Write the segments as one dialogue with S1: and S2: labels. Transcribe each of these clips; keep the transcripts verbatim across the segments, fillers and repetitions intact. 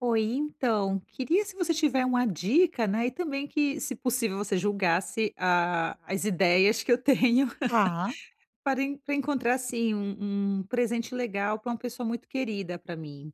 S1: Oi, então, queria se você tiver uma dica, né, e também que, se possível, você julgasse a as ideias que eu tenho
S2: Tá.
S1: para en para encontrar, assim, um um presente legal para uma pessoa muito querida para mim.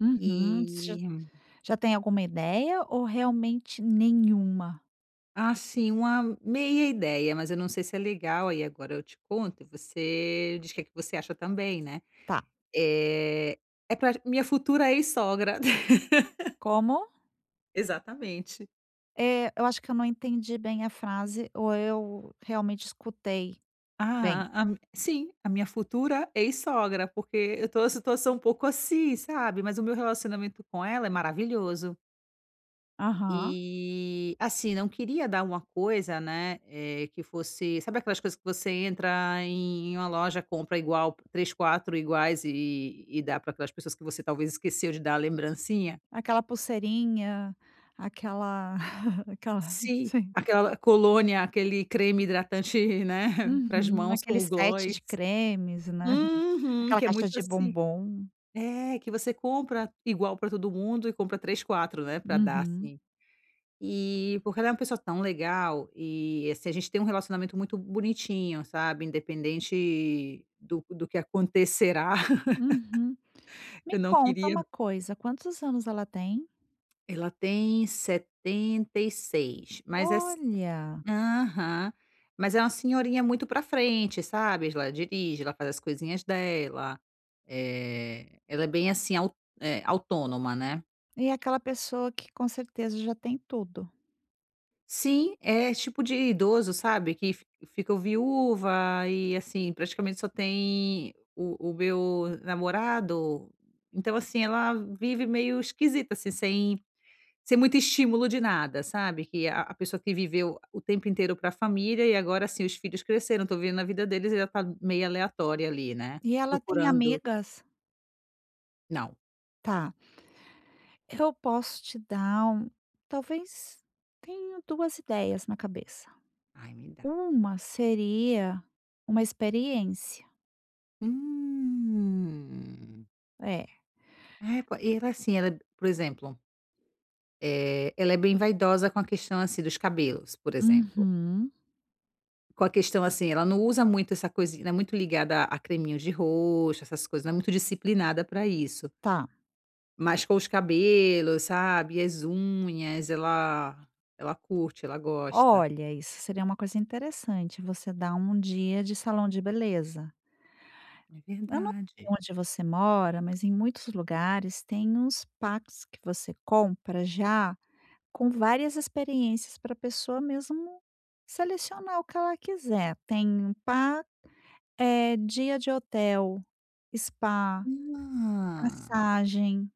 S2: Uhum. Você já
S1: E,
S2: já tem alguma ideia ou realmente nenhuma?
S1: assim, uma meia ideia, mas eu não sei se é legal, aí agora eu te conto e você diz o que é que você acha também, né.
S2: Tá.
S1: Eh, É para minha futura ex-sogra.
S2: Como?
S1: Exatamente.
S2: Eh, eu acho que eu não entendi bem a frase ou eu realmente escutei bem.
S1: Ah, a mi sim, a minha futura ex-sogra, porque eu tô numa situação um pouco assim, sabe, mas o meu relacionamento com ela é maravilhoso.
S2: Aham.
S1: E, assim, não queria dar uma coisa, né, eh, que fosse, sabe, aquelas coisas que você entra em uma loja, compra igual três quatro iguais e e dá para aquelas pessoas que você talvez esqueceu de dar a lembrancinha?
S2: Aquela pulseirinha, aquela aquela
S1: Sim,
S2: sim.
S1: aquela colônia, aquele creme hidratante, né, para as
S2: Uhum.
S1: mãos
S2: Aquele
S1: com o
S2: set
S1: gloss.
S2: de cremes, né.
S1: Uhum,
S2: Aquela
S1: que é
S2: caixa
S1: muito
S2: de
S1: assim.
S2: bombom.
S1: É, que você compra igual pra todo mundo e compra três quatro, né, pra dar,
S2: Uhum.
S1: assim. E porque ela é uma pessoa tão legal e, assim, a gente tem um relacionamento muito bonitinho, sabe, independente do do que acontecerá.
S2: Uhum. Me
S1: Eu não
S2: conta
S1: queria.
S2: uma coisa, quantos anos ela tem?
S1: Ela tem setenta e seis, mas é s
S2: Olha!
S1: aham. Mas é uma senhorinha muito pra frente, sabe, ela dirige, ela faz as coisinhas dela, é ela é bem, assim, au eh, autônoma, né.
S2: E é aquela pessoa que com certeza já tem tudo.
S1: Sim, é esse tipo de idoso, sabe, que fi ficam viúva e, assim, praticamente só tem o o meu namorado. Então, assim, ela vive meio esquisita, assim, sem sem muito estímulo de nada, sabe, que a a pessoa que viveu o tempo inteiro para a família e agora, assim, os filhos cresceram, tô vendo a vida deles e ela tá meio aleatória ali, né,
S2: E ela tem
S1: procurando.
S2: amigas?
S1: Não.
S2: Tá, eu posso te dar um, talvez tenho duas ideias na cabeça.
S1: Ai, me dá.
S2: Uma seria uma experiência.
S1: Hum.
S2: É.
S1: É, po e ela, assim, ela, por exemplo. Eh, ela é bem vaidosa com a questão, assim, dos cabelos, por exemplo.
S2: Uhum.
S1: Com a questão, assim, ela não usa muito essa coisinha, ela é muito ligada a a creminhos de rosto, essas coisas, não é muito disciplinada para isso.
S2: Tá.
S1: Mas com os cabelos, sabe, e as unhas, ela ela curte, ela gosta.
S2: Olha, isso seria uma coisa interessante, você dar um dia de salão de beleza.
S1: É
S2: Eu não
S1: verdade.
S2: sei onde você mora, mas em muitos lugares tem uns packs que você compra já, com várias experiências para a pessoa mesmo selecionar o que ela quiser. Tem pa É dia de hotel, spa,
S1: Ah,
S2: massagem.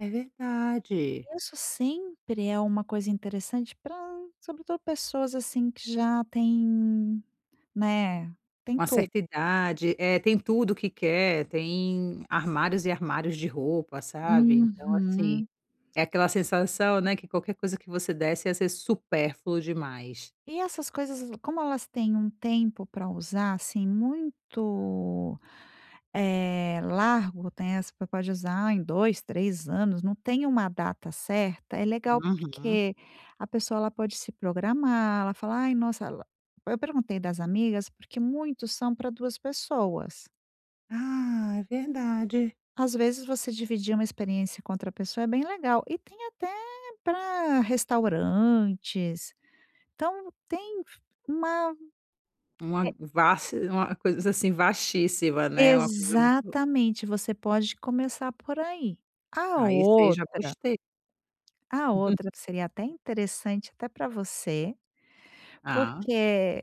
S1: é verdade.
S2: Isso sempre é uma coisa interessante para, sobretudo, pessoas, assim, que já têm, né, tem
S1: Uma
S2: tudo.
S1: certa idade, eh, tem tudo o que quer, tem armários e armários de roupa, sabe, então assim.
S2: Uhum.
S1: É aquela sensação, né, que qualquer coisa que você desse ia ser supérfluo demais.
S2: E essas coisas, como elas têm um tempo para usar, assim, muito, eh, largo, tem você pode usar em dois três anos, não tem uma data certa, é legal
S1: Uhum.
S2: porque a pessoa ela pode se programar, ela fala: "Ai, nossa", ela eu perguntei das amigas, porque muitos são para duas pessoas.
S1: Ah, é verdade.
S2: Às vezes você dividir uma experiência com outra pessoa é bem legal, e tem até para restaurantes, então tem uma.
S1: Uma vasti uma coisa, assim, vastíssima, né, uma coisa.
S2: Exatamente, você pode começar por aí. A
S1: Aí você, já
S2: outra
S1: gostei.
S2: a outra que seria até interessante até para você,
S1: Ah.
S2: porque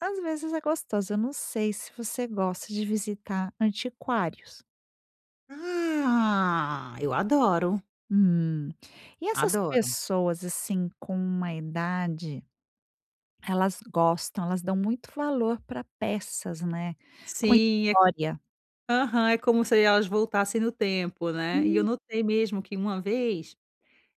S2: às vezes é gostoso, eu não sei se você gosta de visitar antiquários.
S1: Ah, eu adoro,
S2: Hum, e essas
S1: adoro.
S2: pessoas, assim, com uma idade, elas gostam, elas dão muito valor para peças, né, com
S1: Sim, é
S2: história.
S1: aham, é como se elas voltassem no tempo, né. E eu
S2: Hum,
S1: notei mesmo que uma vez,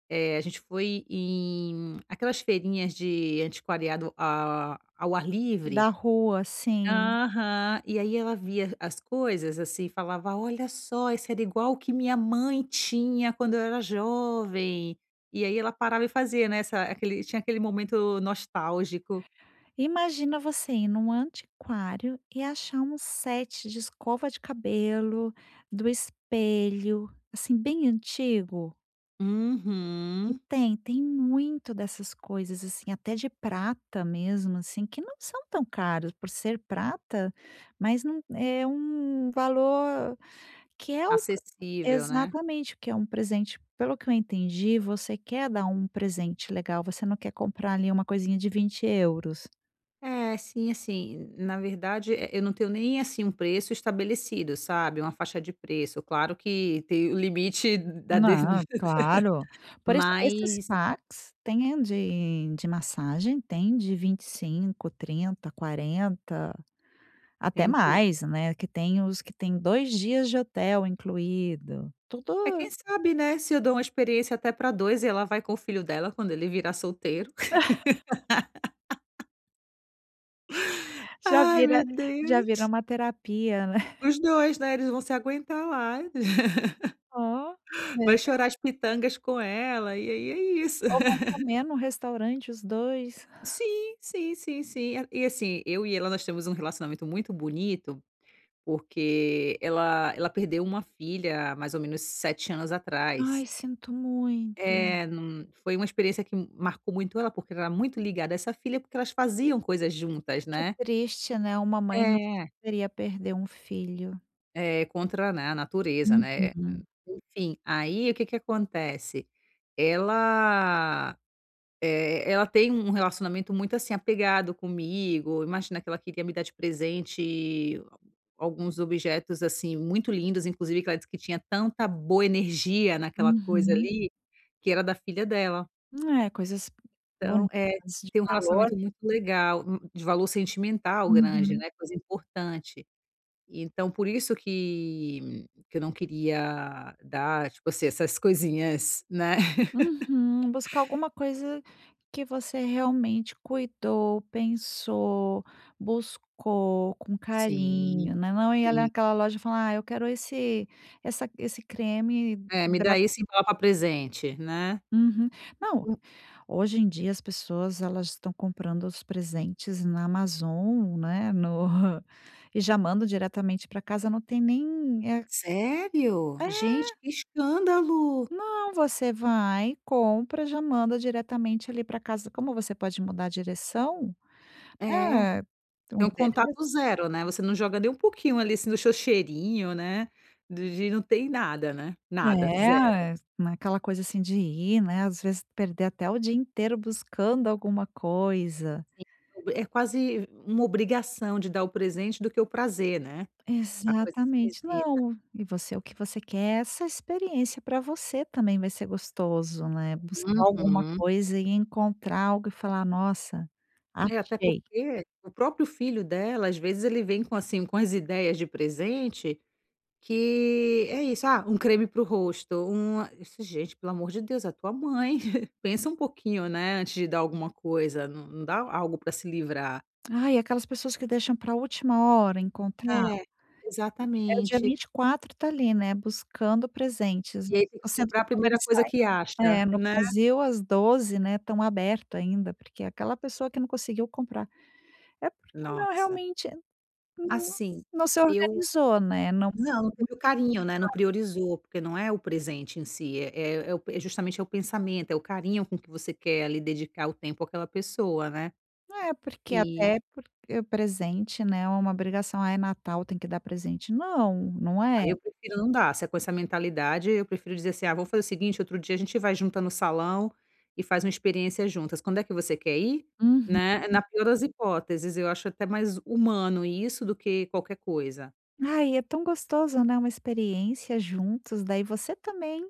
S1: eh, a gente foi em aquelas feirinhas de antiquariado a ao ar livre.
S2: da rua, assim.
S1: Aham. E aí ela via as coisas, assim, e falava: "Olha só, isso era igual o que minha mãe tinha quando eu era jovem". E aí ela parava e fazia, né, essa aquele tinha aquele momento nostálgico.
S2: Imagina você ir num antiquário e achar um set de escova de cabelo, do espelho, assim, bem antigo, que
S1: Uhum.
S2: tem tem muito dessas coisas, assim, até de prata mesmo, assim, que não são tão caros por ser prata, mas não é um valor que é o
S1: Acessível, né.
S2: exatamente, que é um presente pelo que eu entendi, você quer dar um presente legal, você não quer comprar ali uma coisinha de vinte euros?
S1: É, sim, assim, na verdade, eh, eu não tenho nem, assim, um preço estabelecido, sabe, uma faixa de preço. Claro que tem o limite da de
S2: Não, claro. Por isso, esses
S1: mas
S2: packs têm de de massagem, tem de vinte e cinco, trinta, quarenta, até
S1: tento.
S2: mais, né, que tem os que tem dois dias de hotel incluído, tudo
S1: É, quem sabe, né, se eu dou uma experiência até para dois e ela vai com o filho dela quando ele virar solteiro.
S2: já
S1: Ai,
S2: vira
S1: meu
S2: já vira
S1: Deus.
S2: uma terapia, né.
S1: Os dois, né, eles vão se aguentar lá.
S2: Ó, é.
S1: Vai chorar as pitangas com ela, e aí é isso.
S2: Ou vão comer no restaurante os dois.
S1: Sim, sim, sim, sim. E assim, eu e ela, nós temos um relacionamento muito bonito, porque ela ela perdeu uma filha há mais ou menos sete anos
S2: Ai,
S1: atrás.
S2: sinto muito.
S1: É, num foi uma experiência que marcou muito ela, porque ela era muito ligada a essa filha, porque elas faziam coisas juntas,
S2: Que
S1: né.
S2: triste, né, uma mãe não
S1: É.
S2: poderia perder um filho.
S1: É, contra, né, a natureza, né.
S2: Uhum,
S1: Enfim, aí o que que acontece, ela, eh, ela tem um relacionamento muito, assim, apegado comigo, imagina que ela queria me dar de presente alguns objetos, assim, muito lindos, inclusive que ela disse que tinha tanta boa energia naquela coisa
S2: uhum.
S1: ali, que era da filha dela.
S2: É, coisas
S1: Então,
S2: bonitas,
S1: é,
S2: de
S1: tem um
S2: valor.
S1: relacionamento muito legal, hum, de valor sentimental grande,
S2: Uhum.
S1: né, coisa importante. Então por isso que que eu não queria dar, tipo assim, essas coisinhas, né.
S2: Uhum. Buscar alguma coisa que você realmente cuidou, pensou, buscou com
S1: Sim,
S2: carinho, né, não ir ali
S1: sim.
S2: naquela loja e falar: "Ah, eu quero esse essa esse creme
S1: É, me
S2: hidra".
S1: dá isso e embala pra presente, né.
S2: Uhum. Não,
S1: Hum,
S2: hoje em dia as pessoas elas estão comprando os presentes na Amazon, né, no e já mandam diretamente para casa, não tem nem é
S1: Sério?
S2: é
S1: Gente, que escândalo!
S2: Não, você vai, compra, já manda diretamente ali para casa. Como você pode mudar a direção,
S1: É,
S2: é, o
S1: tem um
S2: endereço
S1: contato zero, né, você não joga nem um pouquinho ali, assim, do seu cheirinho, né, do de não tem nada, né, nada, zero.
S2: é, naquela coisa assim de ir, né, às vezes perder até o dia inteiro buscando alguma coisa.
S1: Sim. É quase uma obrigação de dar o presente do que o prazer, né, a coisa
S2: Exatamente.
S1: esquisita.
S2: Não, e você o que você quer é essa experiência para você também vai ser gostoso, né, buscar alguma
S1: Uhum.
S2: coisa e encontrar algo e falar: "Nossa,
S1: É, até
S2: achei".
S1: porque o próprio filho dela, às vezes, ele vem com, assim, com as ideias de presente que é isso: "Ah, um creme para o rosto, um", isso, "Gente, pelo amor de Deus, é a tua mãe, pensa um pouquinho, né, antes de dar alguma coisa, não não dá algo para se livrar".
S2: Ai, aquelas pessoas que deixam para última hora encontrar.
S1: É,
S2: É o dia
S1: exatamente.
S2: vinte e quatro tá ali, né, buscando presentes
S1: E aí tem que
S2: nos centros
S1: comprar a primeira coisa
S2: comerciais.
S1: que acha,
S2: É, no
S1: né.
S2: Brasil às doze, né, estão aberto ainda, porque é aquela pessoa que não conseguiu comprar é porque não
S1: Nossa,
S2: realmente não
S1: assim,
S2: não se
S1: eu.
S2: organizou, né, não
S1: Não, não teve o carinho, né, não priorizou, porque não é o presente em si, é é é o é justamente, é o pensamento, é o carinho com que você quer ali dedicar o tempo àquela pessoa, né.
S2: é, porque
S1: E
S2: até porque presente, né, é uma obrigação, "Ah, é Natal, tem que dar presente", não, não é.
S1: aí eu prefiro não dar, se é com essa mentalidade, eu prefiro dizer assim: "Ah, vamos fazer o seguinte, outro dia a gente vai junta no salão e faz uma experiência juntas, quando é que você quer ir?",
S2: Uhum.
S1: né. É na pior das hipóteses, eu acho até mais humano isso do que qualquer coisa.
S2: Ai, é tão gostoso, né, uma experiência juntos, daí você também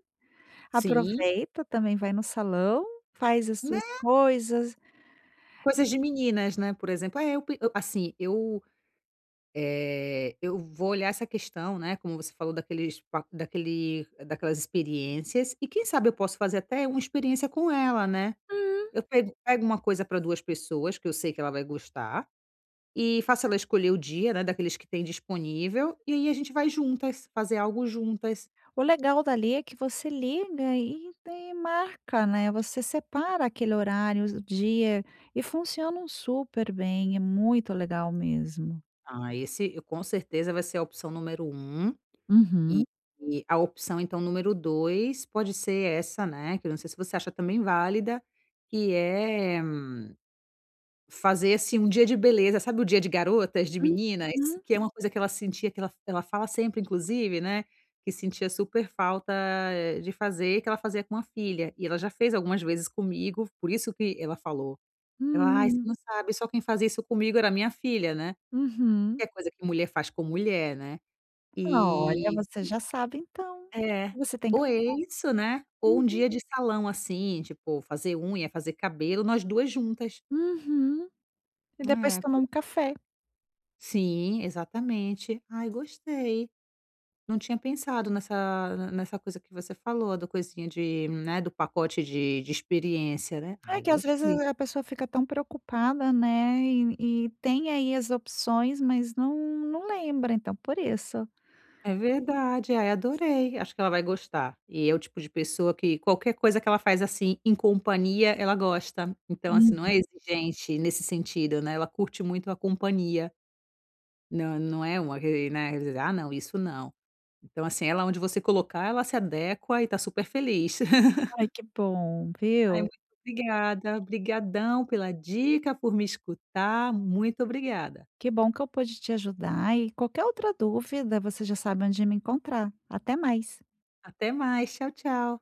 S1: Sim,
S2: aproveita, também vai no salão, faz as
S1: né,
S2: suas coisas.
S1: coisas de meninas, né, por exemplo. Ah, eu pe eu- assim, eu Eh, eu vou olhar essa questão, né, como você falou daqueles pa daquele daquelas experiências e quem sabe eu posso fazer até uma experiência com ela, né.
S2: Hum.
S1: Eu pego pego uma coisa para duas pessoas que eu sei que ela vai gostar, e faço ela escolher o dia, né, daqueles que tem disponível, e aí a gente vai juntas, fazer algo juntas.
S2: O legal dali é que você liga e e marca, né, você separa aquele horário, o dia, e funcionam super bem, é muito legal mesmo.
S1: Ah, esse eu com certeza vai ser a opção número um,
S2: Uhum.
S1: e a opção então número dois pode ser essa, né, que eu não sei se você acha também válida, que é fazer, assim, um dia de beleza, sabe, o dia de garotas, de meninas?
S2: Uhum.
S1: Que é uma coisa que ela sentia, que ela ela fala sempre, inclusive, né, que sentia super falta eh, de fazer, que ela fazia com a filha. E ela já fez algumas vezes comigo, por isso que ela falou. Ela: "Ai, você
S2: Hum.
S1: não sabe, só quem fazia isso comigo era minha filha, né".
S2: Uhum.
S1: Que é coisa que mulher faz com mulher, né.
S2: Olha,
S1: E
S2: você já sabe então,
S1: é,
S2: você tem que
S1: ou é
S2: fazer.
S1: isso, né, ou um
S2: Uhum.
S1: dia de salão, assim, tipo, fazer unha, fazer cabelo, nós duas juntas.
S2: Uhum. E depois
S1: É.
S2: toma um café.
S1: Sim, exatamente. Ai, gostei. Não tinha pensado nessa nessa coisa que você falou, da coisinha de, né, do pacote de de experiência, né.
S2: É
S1: Ai,
S2: que às vezes
S1: gostei.
S2: a pessoa fica tão preocupada, né, e e tem aí as opções, mas não não lembra, então por isso.
S1: É verdade. Ai, adorei. Acho que ela vai gostar. E é o tipo de pessoa que qualquer coisa que ela faz, assim, em companhia, ela gosta. Então, assim, não é exigente nesse sentido, né, ela curte muito a companhia. Não, não é uma que, né, "Ah, não, isso não". Então, assim, ela onde você colocar, ela se adequa e tá super feliz.
S2: Ai, que bom,
S1: Ai,
S2: viu.
S1: muito obrigada. Obrigadão pela dica, por me escutar. Muito obrigada.
S2: Que bom que eu pude te ajudar e qualquer outra dúvida, você já sabe onde me encontrar. Até mais.
S1: Até mais. Tchau, tchau.